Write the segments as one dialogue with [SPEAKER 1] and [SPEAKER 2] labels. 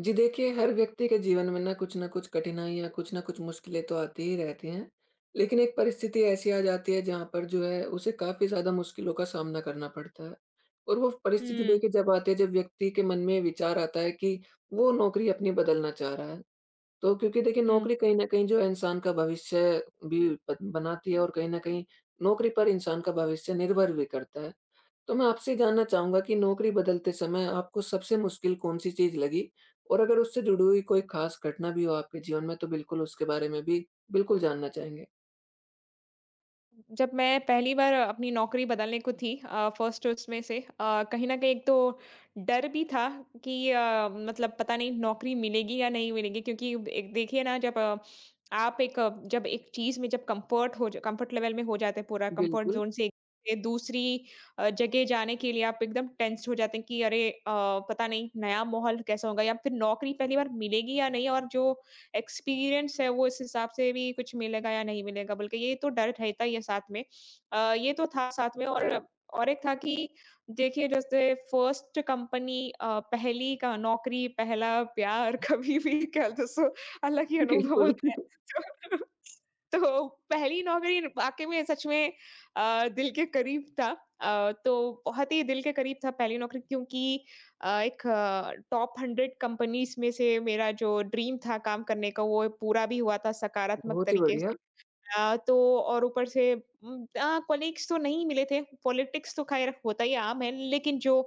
[SPEAKER 1] जी, देखिए, हर व्यक्ति के जीवन में ना कुछ न कुछ कठिनाइयाँ, कुछ न कुछ मुश्किलें तो आती ही रहती हैं। लेकिन एक परिस्थिति ऐसी आ जाती है जहाँ पर जो है उसे काफ़ी ज़्यादा मुश्किलों का सामना करना पड़ता है। और वो परिस्थिति
[SPEAKER 2] हुँ,
[SPEAKER 1] देखिए जब आती है जब व्यक्ति के मन में विचार आता है कि वो नौकरी अपनी बदलना चाह रहा है। तो क्योंकि देखिए
[SPEAKER 2] हुँ।
[SPEAKER 1] नौकरी कहीं न कहीं जो है इंसान का भविष्य भी ब बनाती है, और कहीं न कहीं नौकरी पर इंसान का भविष्य निर्भर भी करता है। तो मैं आपसे ये जानना चाहूँगा कि नौकरी बदलते समय आपको सबसे मुश्किल कौन-सी चीज़ लगी? और अगर उससे जुड़ी हुई कोई ख़ास घटना भी हो आपके जीवन में, तो बिल्कुल उसके बारे में भी बिल्कुल जानना चाहेंगे।
[SPEAKER 2] जब मैं पहली बार अपनी नौकरी बदलने को थी, फर्स्ट उसमें से, कहीं न कहीं एक तो डर भी था कि मतलब पता नहीं नौकरी मिलेगी या नहीं मिलेगी, क्योंकि एक देखिए ना, जब आप एक जब एक चीज़ में जब कम्फ़र्ट हो ज कम्फ़र्ट लेवल में हो जाते हैं, पूरा कम्फ़र्ट
[SPEAKER 1] बिल्कुल।
[SPEAKER 2] ज़ोन से ए दूसरी जगह जाने के लिए आप एकदम टेंस्ड हो जाते हैं कि अरे, पता नहीं नया माहौल कैसा होगा, या फिर नौकरी पहली बार मिलेगी या नहीं, और जो एक्सपीरियंस है वो इस हिसाब से भी कुछ मिलेगा या नहीं मिलेगा, बल्कि ये तो डर रहता ही है साथ में। ये तो था साथ में, और एक था कि देखिए, जैसे फर्स्ट कंपनी, पहली का नौकरी पहला प्यार कभी भी कहते सो, अलग ही अनुभव
[SPEAKER 1] बिल्कुल।
[SPEAKER 2] होता है। तो, तो पहली नौकरी वाकई में सच में दिल के करीब था। तो बहुत ही दिल के करीब था पहली नौकरी, क्योंकि एक टॉप 100 कंपनीज़ में से मेरा जो ड्रीम था काम करने का, वो पूरा भी हुआ था सकारात्मक
[SPEAKER 1] बहुत ही
[SPEAKER 2] तरीके
[SPEAKER 1] बढ़िया।
[SPEAKER 2] से। तो और ऊपर से कॉलीग्स तो नहीं मिले थे, पॉलिटिक्स तो खैर होता ही आम है, लेकिन जो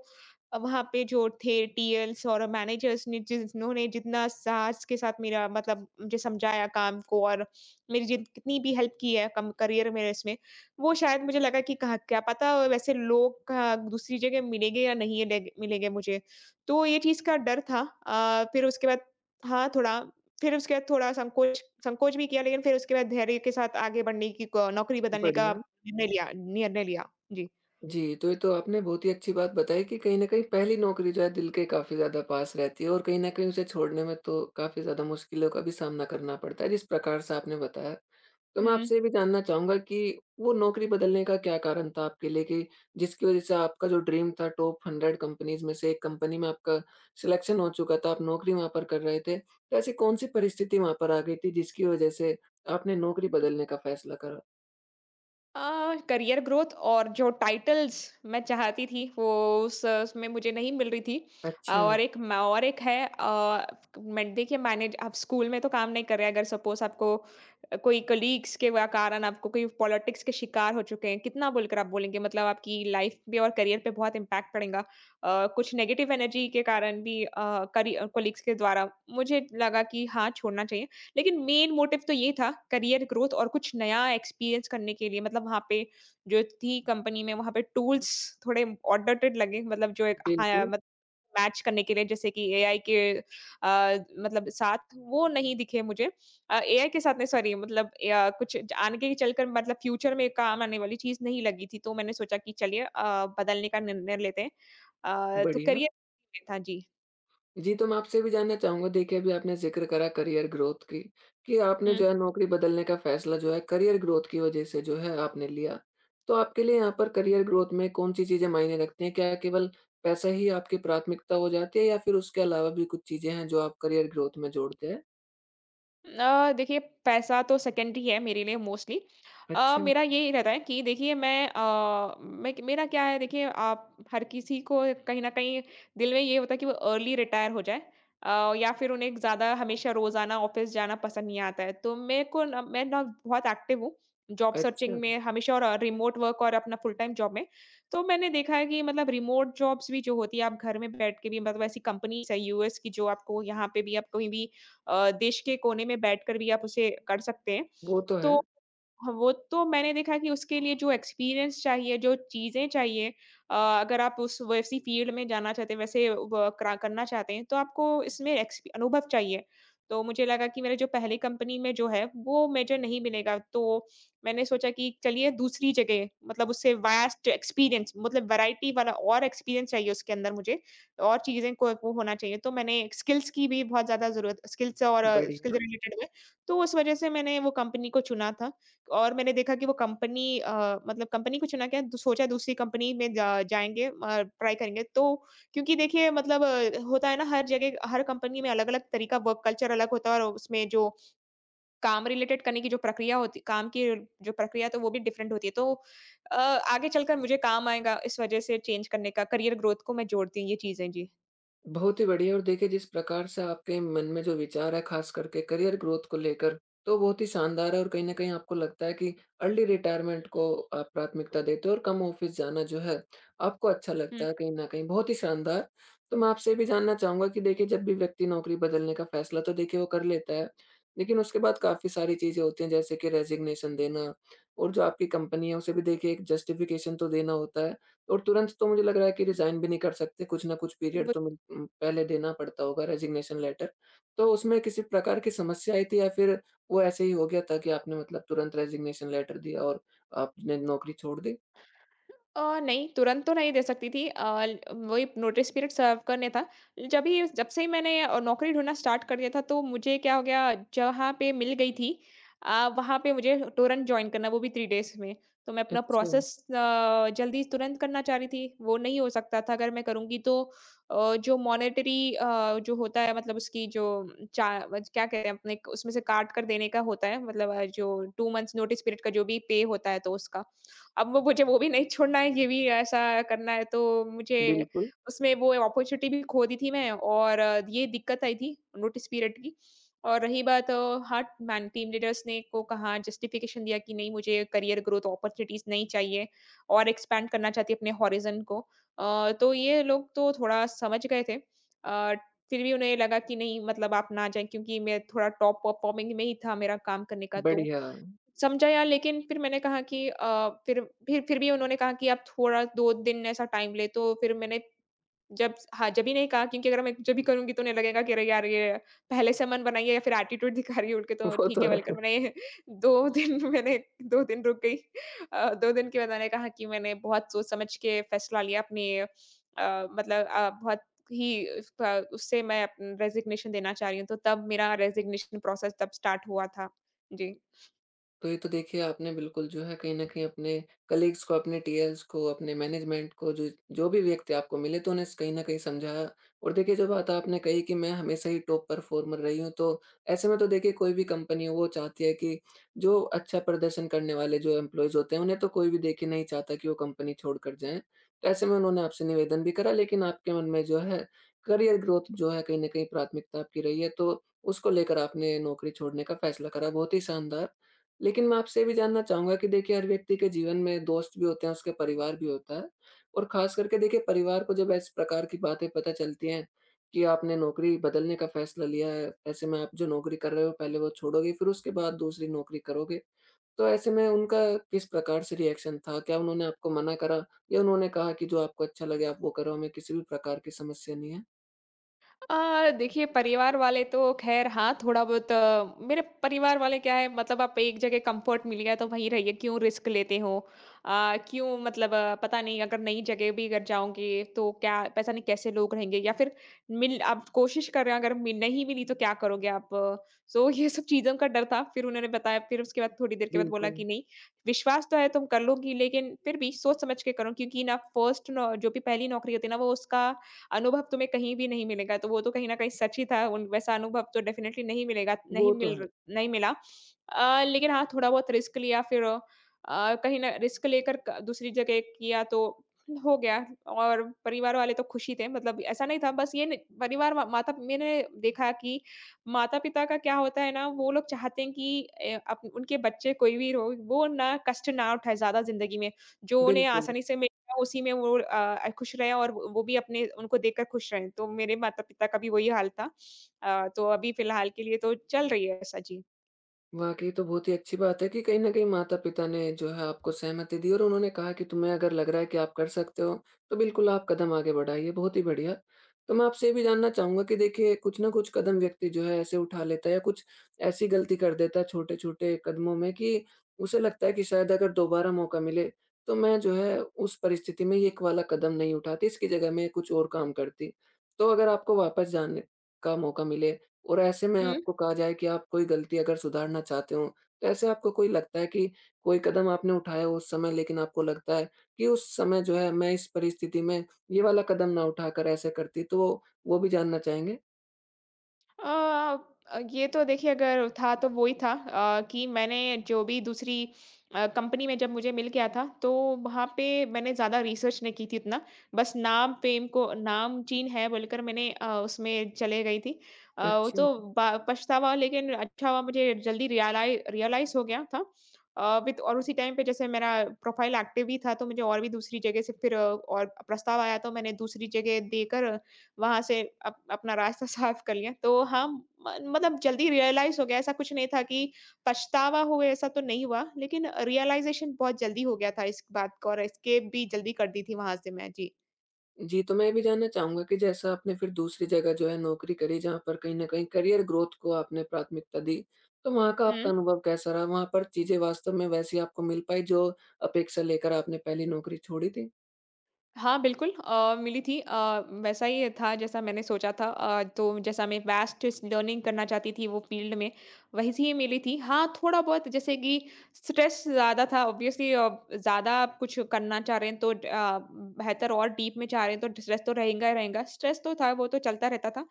[SPEAKER 2] वहाँ पे जो थे टीएल्स और मैनेजर्स ने, जिन्होंने जितना साहस के साथ मेरा मतलब मुझे समझाया काम को, और मेरी जित कितनी भी हेल्प की है कम करियर मेरे इसमें, वो शायद मुझे लगा कि कहा क्या पता वैसे लोग कहा दूसरी जगह मिलेंगे या नहीं लेग मिलेंगे मुझे। तो ये चीज़ का डर था। फिर उसके बाद था थोड़ा, फिर उसके बाद थोड़ा संकोच संकोच भी किया, लेकिन फिर उसके बाद धैर्य के साथ आगे बढ़ने की क नौकरी बदलने का
[SPEAKER 1] बढ़िया।
[SPEAKER 2] निर्णय लिया, जी।
[SPEAKER 1] जी, तो ये तो आपने बहुत ही अच्छी बात बताई कि कहीं न कहीं पहली नौकरी जो है दिल के काफ़ी ज़्यादा पास रहती है, और कहीं न कहीं उसे छोड़ने में तो काफ़ी ज़्यादा मुश्किलों का भी सामना करना पड़ता है, जिस प्रकार से आपने बताया। तो मैं
[SPEAKER 2] हुँ,
[SPEAKER 1] आपसे ये भी जानना चाहूँगा कि वो नौकरी बदलने का क्या कारण था आपके लिए, कि जिसकी वज़ह से आपका जो ड्रीम था टॉप 100 कंपनीज़ में से एक कंपनी में आपका सिलेक्शन हो चुका था, आप नौकरी वहाँ पर कर रहे थे। तो ऐसी कौन-सी परिस्थिति वहाँ पर आ गई थी जिसकी वज़ह से आपने नौकरी बदलने का फ़ैसला करा?
[SPEAKER 2] करियर ग्रोथ और जो टाइटल्स मैं चाहती थी, वो उस उसमें मुझे नहीं मिल रही थी।
[SPEAKER 1] अच्छा।
[SPEAKER 2] और एक और एक है, मैं देखिए मैनेज आप स्कूल में तो काम नहीं कर रहे, अगर सपोज आपको कोई कलीग्स के कारण आपको कोई पॉलिटिक्स के शिकार हो चुके हैं, कितना बोलकर आप बोलेंगे, मतलब आपकी लाइफ पे और करियर पे बहुत इम्पैक्ट पड़ेगा। कुछ नेगेटिव एनर्जी के कारण भी कलीग्स के द्वारा मुझे लगा कि हाँ, छोड़ना चाहिए। लेकिन मेन मोटिव तो ये था, करियर ग्रोथ और कुछ नया एक्सपीरियंस करने के लिए। मतलब वहाँ पे जो थी कंपनी में, वहाँ पे टूल्स थोड़े ऑटोटेड लगे, मतलब जो एक हाँ,
[SPEAKER 1] बिल्कुल।
[SPEAKER 2] मत मैच करने के लिए जैसे कि एआई के मतलब साथ वो नहीं दिखे मुझे। एआई के साथ नहीं, सॉरी, मतलब या कुछ आने के चलकर मतलब फ्यूचर में काम आने वाली चीज़ नहीं लगी थी, तो मैंने सोचा कि चलिए, बदलने का निर्णय लेते हैं। तो
[SPEAKER 1] बढ़िया।
[SPEAKER 2] करियर था जी।
[SPEAKER 1] जी, तो मैं आपसे भी जानना चाहूँगा, देखिए अभी आपने ज़िक्र करा करियर ग्रोथ की, कि आपने जो है नौकरी बदलने का फ़ैसला जो है करियर ग्रोथ की वज़ह से जो है आपने लिया। तो आपके लिए यहाँ पर करियर ग्रोथ में कौन-सी चीज़ें मायने रखती हैं? क्या केवल पैसा ही आपकी प्राथमिकता हो जाती है, या फिर उसके अलावा भी कुछ चीज़ें हैं जो आप करियर ग्रोथ में जोड़ते हैं?
[SPEAKER 2] देखिए, पैसा तो सेकेंडरी है मेरे लिए मोस्टली।
[SPEAKER 1] अच्छा,
[SPEAKER 2] मेरा यही रहता है कि देखिए मैं मैं मेरा क्या है, देखिए आप हर किसी को कहीं न कहीं दिल में ये होता है कि वो अर्ली रिटायर हो जाए, या फिर उन्हें ज़्यादा हमेशा रोज़ाना ऑफ़िस जाना पसंद नहीं आता है। तो मेरे को ना, मैं ना बहुत एक्टिव हूँ जॉब सर्चिंग
[SPEAKER 1] अच्छा।
[SPEAKER 2] में हमेशा, और रिमोट वर्क और अपना फुल टाइम जॉब में। तो मैंने देखा है कि मतलब रिमोट जॉब्स भी जो होती है, आप घर में बैठ के भी मतलब ऐसी कंपनीज़ है यूएस की, जो आपको यहाँ पे भी आप कहीं भी देश के कोने में बैठकर भी आप उसे कर सकते हैं।
[SPEAKER 1] वो तो है।
[SPEAKER 2] तो हाँ, वो तो मैंने देखा कि उसके लिए जो एक्सपीरियंस चाहिए, जो चीज़ें चाहिए, अगर आप उस वैसी फ़ील्ड में जाना चाहते हैं, वैसे व क्रा करना चाहते हैं, तो आपको इसमें एक्सपी अनुभव चाहिए। तो मुझे लगा कि मेरे जो पहली कंपनी में जो है, वो मुझे नहीं मिलेगा, तो मैंने सोचा कि चलिए दूसरी जगह, मतलब उससे वास्ट एक्सपीरियंस, मतलब वैरायटी वाला और एक्सपीरियंस चाहिए उसके अंदर मुझे, और चीज़ें को वो होना चाहिए। तो मैंने स्किल्स की भी बहुत ज़्यादा ज़रूरत, स्किल्स और स्किल्स
[SPEAKER 1] बढ़िया।
[SPEAKER 2] रिलेटेड में, तो उस वज़ह से मैंने वो कंपनी को चुना था। और मैंने देखा कि वो कंपनी, मतलब कंपनी को चुना क्या, तो सोचा दूसरी कंपनी में जा जाएँगे, ट्राई करेंगे। तो क्योंकि देखिए मतलब, होता है ना हर जगह, हर कंपनी में अलग-अलग तरीका, वर्क कल्चर अलग होता है, और उसमें जो काम रिलेटेड करने की जो प्रक्रिया होती काम की, जो प्रक्रिया तो वो भी डिफरेंट होती है। तो आगे चलकर मुझे काम आएगा इस वज़ह से चेंज करने का, करियर ग्रोथ को मैं जोड़ती हूँ ये चीज़ें। जी।
[SPEAKER 1] बहुत ही बढ़िया। और देखिए जिस प्रकार से आपके मन में जो विचार है खास करके करियर ग्रोथ को लेकर, तो बहुत ही शानदार है, और कहीं ना कहीं आपको लगता है कि अर्ली रिटायरमेंट को आप प्राथमिकता देते हो और कम ऑफिस जाना जो है आपको अच्छा लगता है कहीं ना कहीं। बहुत ही शानदार। तो मैं आपसे ये भी जानना चाहूंगा कि देखिए जब भी व्यक्ति नौकरी बदलने का फैसला, तो देखिए वो कर लेता है, लेकिन उसके बाद काफी सारी चीजें होती हैं, जैसे कि रेजिग्नेशन देना, और जो आपकी कंपनी है उसे भी देखिए एक जस्टिफिकेशन तो देना होता है। और तुरंत तो मुझे लग रहा है कि रिज़ाइन भी नहीं कर सकते, कुछ ना कुछ पीरियड
[SPEAKER 2] हुँ।
[SPEAKER 1] तो पहले देना पड़ता होगा रेज़िग्नेशन लेटर। तो उसमें किसी प्रकार की समस्या आई थी, या फिर वो ऐसे ही हो गया था कि आपने मतलब तुरंत रेज़िग्नेशन लेटर दिया और आपने नौकरी छोड़ दी?
[SPEAKER 2] नहीं, तुरंत तो नहीं दे सकती थी। ल वही नोटिस पीरियड सर्व करने था। जब ही जब से ही मैंने नौकरी ढूँढना स्टार्ट कर दिया था, तो मुझे क्या हो गया जहाँ पे मिल गई थी, वहाँ पे मुझे तुरंत जॉइन करना, वो भी 3 डेज़ में। तो मैं अपना
[SPEAKER 1] अच्छा।
[SPEAKER 2] प्रोसेस जल्दी तुरंत करना चाह रही थी, वो नहीं हो सकता था। अगर मैं करूँगी, तो जो मॉनेटरी जो होता है, मतलब उसकी जो चा वज क्या कहते हैं अपने, उसमें से काट कर देने का होता है, मतलब जो 2 मंथ्स नोटिस पीरियड का जो भी पे होता है, तो उसका। अब वो मुझे वो भी नहीं छोड़ना है, ये भी ऐसा करना है, तो मुझे
[SPEAKER 1] बिल्कुल।
[SPEAKER 2] उसमें वो अपॉर्च्युनिटी भी खो दी थी मैं, और ये दिक्कत आई थी नोटिस पीरियड की। और रही बात हाँ, मैन टीम लीडर्स ने को कहा, जस्टिफिकेशन दिया कि नहीं, मुझे करियर ग्रोथ अपॉर्च्युनिटीज़ नहीं चाहिए, और एक्सपैंड करना चाहती है अपने हॉरिज़न को। तो ये लोग तो थोड़ा समझ गए थे। अ, फिर भी उन्हें लगा कि नहीं, मतलब आप ना जाएँ, क्योंकि मैं थोड़ा टॉप परफॉर्मिंग में ही था मेरा काम करने का, तो
[SPEAKER 1] बढ़िया।
[SPEAKER 2] समझा यार। लेकिन फिर मैंने कहा कि फिर भी उन्होंने कहा कि आप थोड़ा 2 दिन ऐसा टाइम ले, तो फिर मैंने जब हाँ, जब ही नहीं कहा, क्योंकि अगर मैं जब भी करूँगी, तो उन्हें लगेगा कि अरे यार, ये पहले से मन बनाई है, या फिर एटीट्यूड दिखा रही है उड़ के, तो
[SPEAKER 1] वो
[SPEAKER 2] ठीक
[SPEAKER 1] तो
[SPEAKER 2] है बोलकर
[SPEAKER 1] है।
[SPEAKER 2] मैंने 2 दिन, मैंने 2 दिन रुक गई। 2 दिन के बाद मैंने कहा कि मैंने बहुत सोच समझ के फैसला लिया अपनी, मतलब बहुत ही उससे मैं अप रेज़िग्नेशन देना चाह रही हूँ, तो तब मेरा रेज़िग्नेशन प्रोसेस तब स्टार्ट हुआ था। जी।
[SPEAKER 1] तो ये तो देखिए आपने बिल्कुल जो है कहीं न कहीं अपने कलीग्स को, अपने टीएल्स को, अपने मैनेजमेंट को, जो जो भी व्यक्ति आपको मिले तो उन्हें स कहीं न कहीं समझाया। और देखिए जो बात आपने कही कि मैं हमेशा ही टॉप परफ़ॉर्मर रही हूँ, तो ऐसे में तो देखिए कोई भी कंपनी हो, वो चाहती है कि जो अच्छा प्रदर्शन करने वाले जो एम्प्लॉइज़ होते हैं उन्हें तो कोई भी देखिए नहीं चाहता कि वो कंपनी छोड़कर जाएँ। तो ऐसे में उन्होंने आपसे निवेदन भी करा, लेकिन आपके मन में जो है करियर ग्रोथ जो है कहीं न कहीं प्राथमिकता आपकी रही है, तो उसको लेकर आपने नौकरी छोड़ने का फैसला करा। बहुत ही शानदार। लेकिन मैं आपसे ये भी जानना चाहूँगा कि देखिए हर व्यक्ति के जीवन में दोस्त भी होते हैं, उसका परिवार भी होता है, और ख़ास करके देखिए परिवार को जब इस प्रकार की बातें पता चलती हैं कि आपने नौकरी बदलने का फ़ैसला लिया है, ऐसे में आप जो नौकरी कर रहे हो पहले वो छोड़ोगे फिर उसके बाद दूसरी नौकरी करोगे। तो ऐसे में उनका किस प्रकार से रिएक्शन था? क्या उन्होंने आपको मना करा, या उन्होंने कहा कि जो आपको अच्छा लगे आप वो करो, हमें किसी भी प्रकार की समस्या नहीं है?
[SPEAKER 2] देखिए, परिवार वाले तो ख़ैर हाँ, थोड़ा बहुत, मेरे परिवार वाले क्या है, मतलब आप एक जगह कंफर्ट मिल गया तो वहीं रहिए, क्यों रिस्क लेते हो? क्यों, मतलब पता नहीं, अगर नई जगह भी अगर जाओगे, तो क्या पता नहीं कैसे लोग रहेंगे, या फिर मिल आप कोशिश कर रहे हैं, अगर मिल नहीं मिली तो क्या करोगे आप? सो ये सब चीज़ों का डर था। फिर उन्होंने बताया, फिर उसके बाद थोड़ी देर के बाद बोला
[SPEAKER 1] बिल्कुल।
[SPEAKER 2] कि नहीं, विश्वास तो है तुम कर लोगी, लेकिन फिर भी सोच समझ के करो, क्योंकि ना फर्स्ट नौ जो भी पहली नौकरी होती है ना, वो उसका अनुभव तुम्हें कहीं भी नहीं मिलेगा, तो वो तो कहीं न कहीं सच ही था। उन वैसा अनुभव तो डेफ़िनिटली नहीं मिलेगा,
[SPEAKER 1] वो तो है।
[SPEAKER 2] नहीं मिला। लेकिन हाँ, थोड़ा बहुत रिस्क लिया, फिर कहीं न रिस्क लेकर क दूसरी जगह किया, तो हो गया। और परिवार वाले तो खुश ही थे, मतलब ऐसा नहीं था, बस ये न परिवार व माता मैंने देखा कि माता-पिता का क्या होता है ना, वो लोग चाहते हैं कि अप उनके बच्चे कोई भी हो, वो ना कष्ट ना उठाए ज़्यादा ज़िंदगी में, जो उन्हें
[SPEAKER 1] बिल्कुल।
[SPEAKER 2] आसानी से मिल, तो उसी में वो खुश रहे और वो भी अपने उनको देखकर खुश रहे। तो मेरे माता-पिता का भी वही हाल था। तो अभी फ़िलहाल के लिए तो चल रही है ऐसा। जी।
[SPEAKER 1] वाक़ई, तो बहुत ही अच्छी बात है कि कहीं न कहीं माता-पिता ने जो है आपको सहमति दी और उन्होंने कहा कि तुम्हें अगर लग रहा है कि आप कर सकते हो, तो बिल्कुल आप कदम आगे बढ़ाइए। बहुत ही बढ़िया। तो मैं आपसे ये भी जानना चाहूँगा कि देखिए कुछ ना कुछ कदम व्यक्ति जो है ऐसे उठा लेता है, या कुछ ऐसी गलती कर देता है छोटे-छोटे कदमों में, कि उसे लगता है कि शायद अगर दोबारा मौका मिले, तो मैं जो है उस परिस्थिति में ये एक वाला कदम नहीं उठाती, इसकी जगह मैं कुछ और काम करती। तो अगर आपको वापस जाने का मौका मिले, और ऐसे में आपको कहा जाए कि आप कोई गलती अगर सुधारना चाहते हो, तो ऐसे आपको कोई लगता है कि कोई कदम आपने उठाया उस समय, लेकिन आपको लगता है कि उस समय जो है मैं इस परिस्थिति में ये वाला कदम ना उठाकर ऐसे करती, तो वो भी जानना चाहेंगे?
[SPEAKER 2] अ ये तो देखिए अगर था तो वो ही था, कि मैंने जो भी दूसरी कंपनी में जब मुझे मिल गया था, तो वहाँ पे मैंने ज़्यादा रिसर्च नहीं की थी इतना, बस नाम फेम को नाम चीन है बोलकर मैंने उसमें चले गई थी। वो
[SPEAKER 1] अच्छा।
[SPEAKER 2] तो पछतावा, लेकिन अच्छा हुआ मुझे जल्दी रियलाइज रियलाइज हो गया था। विद और उसी टाइम पे जैसे मेरा प्रोफाइल एक्टिव भी था, तो मुझे और भी दूसरी जगह से फिर और प्रस्ताव आया, तो मैंने दूसरी जगह देकर वहाँ से अप अपना रास्ता साफ कर लिया। तो हम म मतलब जल्दी रियलाइज़ हो गया, ऐसा कुछ नहीं था कि पछतावा हुए, ऐसा तो नहीं हुआ। लेकिन रियलाइज़ेशन बहुत जल्दी हो गया था इस बात का, और एस्केप भी जल्दी कर दी थी वहाँ से मैं।
[SPEAKER 1] जी, तो मैं ये भी जानना चाहूँगा कि जैसा आपने फिर दूसरी जगह जो है नौकरी करी जहाँ पर कहीं न कहीं करियर ग्रोथ को आपने प्राथमिकता दी, तो वहाँ का आपका
[SPEAKER 2] जी।
[SPEAKER 1] अनुभव कैसा रहा? वहाँ पर चीज़ें वास्तव में वैसी आपको मिल पाई जो अपेक्षा लेकर आपने पहली नौकरी छोड़ी थी?
[SPEAKER 2] हाँ, बिल्कुल, मिली थी। वैसा ही था जैसा मैंने सोचा था, तो जैसा मैं वास्ट स लर्निंग करना चाहती थी वो फ़ील्ड में, वैसी ही मिली थी। हाँ, थोड़ा-बहुत जैसे कि स्ट्रेस ज़्यादा था ऑब्वियसली। ज़्यादा आप कुछ करना चाह रहे हैं तो बेहतर और डीप में चाह रहे हैं तो स्ट्रेस तो रहेगा ही रहेगा। स्ट्रेस तो था, वो तो चलता रहता था।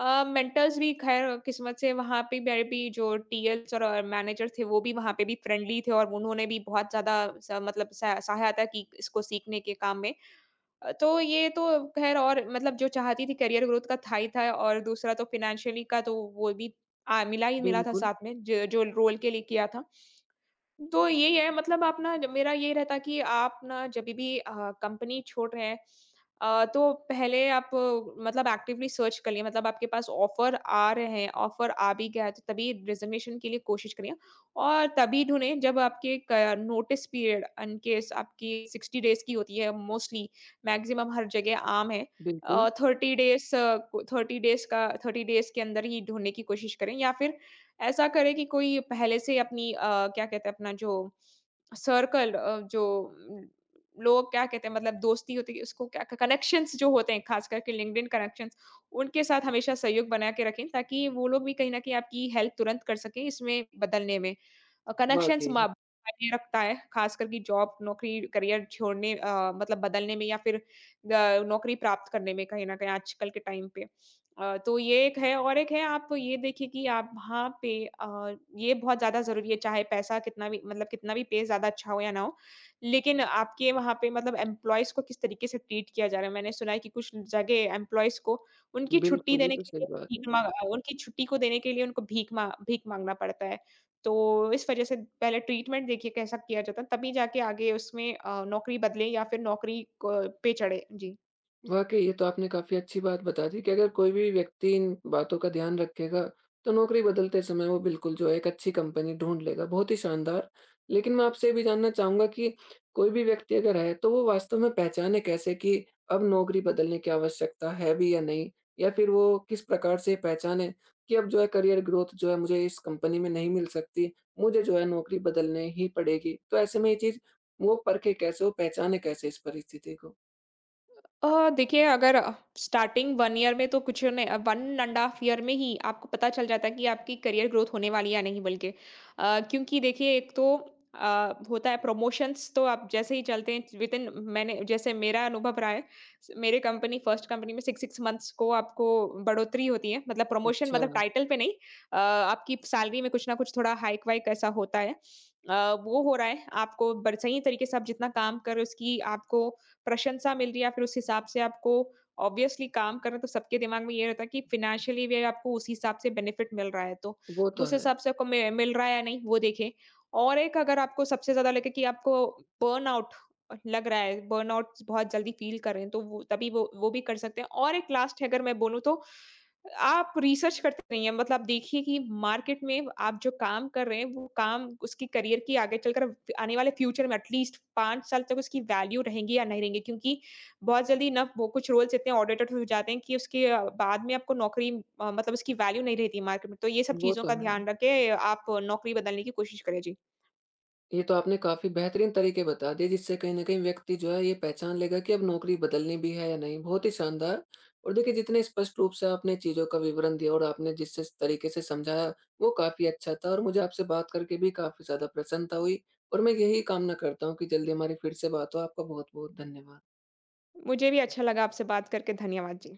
[SPEAKER 2] मेंटर्स भी ख़ैर किस्मत से वहाँ पे मेरे भी जो टीएल्स और मैनेजर थे, वो भी वहाँ पे भी फ्रेंडली थे, और उन्होंने भी बहुत ज़्यादा स मतलब स सहायता की इसको सीखने के काम में। तो ये तो ख़ैर, और मतलब जो चाहती थी करियर ग्रोथ का, था ही था, और दूसरा तो फ़ाइनेंशियली का, तो वो भी आ मिला ही मिला था
[SPEAKER 1] बिल्कुल।
[SPEAKER 2] साथ में, ज जो रोल के लिए किया था। तो यही है मतलब, आप ना, मेरा ये रहता कि आप ना, जभी भी कंपनी छोड़ रहे हैं, तो पहले आप मतलब एक्टिवली सर्च करिए, मतलब आपके पास ऑफर आ रहे हैं, ऑफर आ भी गया है, तो तभी रिजिग्नेशन के लिए कोशिश करिए, और तभी ढूंढें जब आपके नोटिस पीरियड, इन केस आपकी 60 डेज की होती है मोस्टली, मैक्सिमम हर जगह आम है
[SPEAKER 1] बिल्कुल।
[SPEAKER 2] 30 डेज। थर्टी डेज का 30 डेज के अंदर ही ढूंढने की कोशिश करें, या फिर ऐसा करे कि कोई पहले से अपनी क्या कहते हैं, अपना जो सर्कल, जो उम, लोग क्या कहते हैं, मतलब दोस्ती होती है, उसको क्या, कनेक्शंस जो होते हैं, खास करके लिंक्डइन कनेक्शंस, उनके साथ हमेशा सहयोग बना के रखें ताकि वो लोग भी कहीं न कहीं आपकी हेल्प तुरंत कर सकें इसमें बदलने में। कनेक्शंस
[SPEAKER 1] वाक़ई,
[SPEAKER 2] मा मायने रखता है, खास करके जॉब, नौकरी, करियर छोड़ने, मतलब बदलने में, या फिर नौकरी प्राप्त करने में, कहीं न कहीं आजकल के टाइम पे। तो ये एक है, और एक है, आप ये देखिए कि आप वहाँ पे, ये बहुत ज़्यादा ज़रूरी है, चाहे पैसा कितना भी, मतलब कितना भी पे ज़्यादा अच्छा हो या ना हो। लेकिन आपके वहाँ पे मतलब एम्प्लॉइज़ को किस तरीके से ट्रीट किया जा रहा है। मैंने सुना है कि कुछ जगह एम्प्लॉइज़ को उनकी छुट्टी
[SPEAKER 1] बिल्कुल, ये
[SPEAKER 2] देने
[SPEAKER 1] तो
[SPEAKER 2] के लिए
[SPEAKER 1] सही बात है।
[SPEAKER 2] भीख माँ उनकी छुट्टी को देने के लिए उनको भीख माँगना पड़ता है। तो इस वज़ह से पहले ट्रीटमेंट देखिए कैसा किया जाता है, तभी जाके आगे उसमें नौकरी बदले या फिर नौकरी क पे चढ़े। जी।
[SPEAKER 1] वाक़ई ये तो आपने काफ़ी अच्छी बात बता दी कि अगर कोई भी व्यक्ति इन बातों का ध्यान रखेगा, तो नौकरी बदलते समय वो बिल्कुल जो है एक अच्छी कंपनी ढूँढ लेगा। बहुत ही शानदार। लेकिन मैं आपसे ये भी जानना चाहूँगा कि कोई भी व्यक्ति अगर है, तो वो वास्तव में पहचाने कैसे कि अब नौकरी बदलने की आवश्यकता है भी या नहीं? या फिर वो किस प्रकार से पहचाने कि अब जो है करियर ग्रोथ जो है मुझे इस कंपनी में नहीं मिल सकती, मुझे जो है नौकरी बदलने ही पड़ेगी? तो ऐसे में ये चीज़ वो परखे कैसे, वो पहचाने कैसे इस परिस्थिति को?
[SPEAKER 2] देखिए, अगर स्टार्टिंग 1 ईयर में तो कुछ नहीं, 1 एंड हाफ ईयर में ही आपको पता चल जाता है कि आपकी करियर ग्रोथ होने वाली है या नहीं, बल्कि क्योंकि देखिए, एक तो अ, होता है प्रमोशंस, तो आप जैसे ही चलते हैं विद इन, मैंने, जैसे मेरा अनुभव रहा है, मेरे कंपनी फर्स्ट कंपनी में सिक्स सिक्स मंथ्स को आपको बढ़ोतरी होती है, मतलब प्रमोशन, मतलब
[SPEAKER 1] अच्छा।
[SPEAKER 2] टाइटल पे नहीं, आपकी सैलरी में कुछ ना कुछ थोड़ा हाइक वाइक ऐसा होता है। वो हो रहा है आपको, सही तरीके से, आप जितना काम कर रहे हो, उसकी आपको प्रशंसा मिल रही है, या फिर उस हिसाब से आपको ऑब्वियसली काम करना, तो सबके दिमाग में ये रहता है कि फ़ाइनेंशियली भी आपको उस हिसाब से बेनिफिट मिल रहा है, तो
[SPEAKER 1] वो तो
[SPEAKER 2] उस
[SPEAKER 1] है,
[SPEAKER 2] हिसाब से आपको मि मिल रहा है या नहीं, वो देखें। और एक, अगर आपको सबसे ज़्यादा लगे कि आपको बर्नआउट लग रहा है, बर्नआउट बहुत जल्दी फ़ील कर रहे हैं, तो वो तभी, वो भी कर सकते हैं। और एक लास्ट है, अगर मैं बोलूँ तो, आप रिसर्च करते रहिए, मतलब आप देखिए कि मार्केट में आप जो काम कर रहे हैं, वो काम, उसकी करियर की आगे चलकर आने वाले फ्यूचर में एटलीस्ट 5 साल तक उसकी वैल्यू रहेगी या नहीं रहेंगी, क्योंकि बहुत जल्दी ना वो, कुछ रोल्स इतने ऑडिटेड हो जाते हैं कि उसके बाद में आपको नौकरी मतलब उसकी वैल्यू नहीं रहती मार्केट में, तो ये सब
[SPEAKER 1] वो
[SPEAKER 2] चीज़ों
[SPEAKER 1] तो
[SPEAKER 2] का
[SPEAKER 1] है।
[SPEAKER 2] ध्यान रख के आप नौकरी बदलने की कोशिश करें जी।
[SPEAKER 1] ये तो आपने काफ़ी बेहतरीन तरीके बता दिए जिससे कहीं न कहीं व्यक्ति जो है ये पहचान लेगा कि अब नौकरी बदलनी भी है या नहीं। बहुत ही शानदार। और देखिए जितने स्पष्ट रूप से आपने चीज़ों का विवरण दिया और आपने जिस जिस तरीके से समझाया वो काफ़ी अच्छा था, और मुझे आपसे बात करके भी काफ़ी ज़्यादा प्रसन्नता हुई, और मैं यही कामना करता हूँ कि जल्दी हमारी फिर से बात हो। आपका बहुत-बहुत धन्यवाद।
[SPEAKER 2] मुझे भी अच्छा लगा आपसे बात करके, धन्यवाद जी।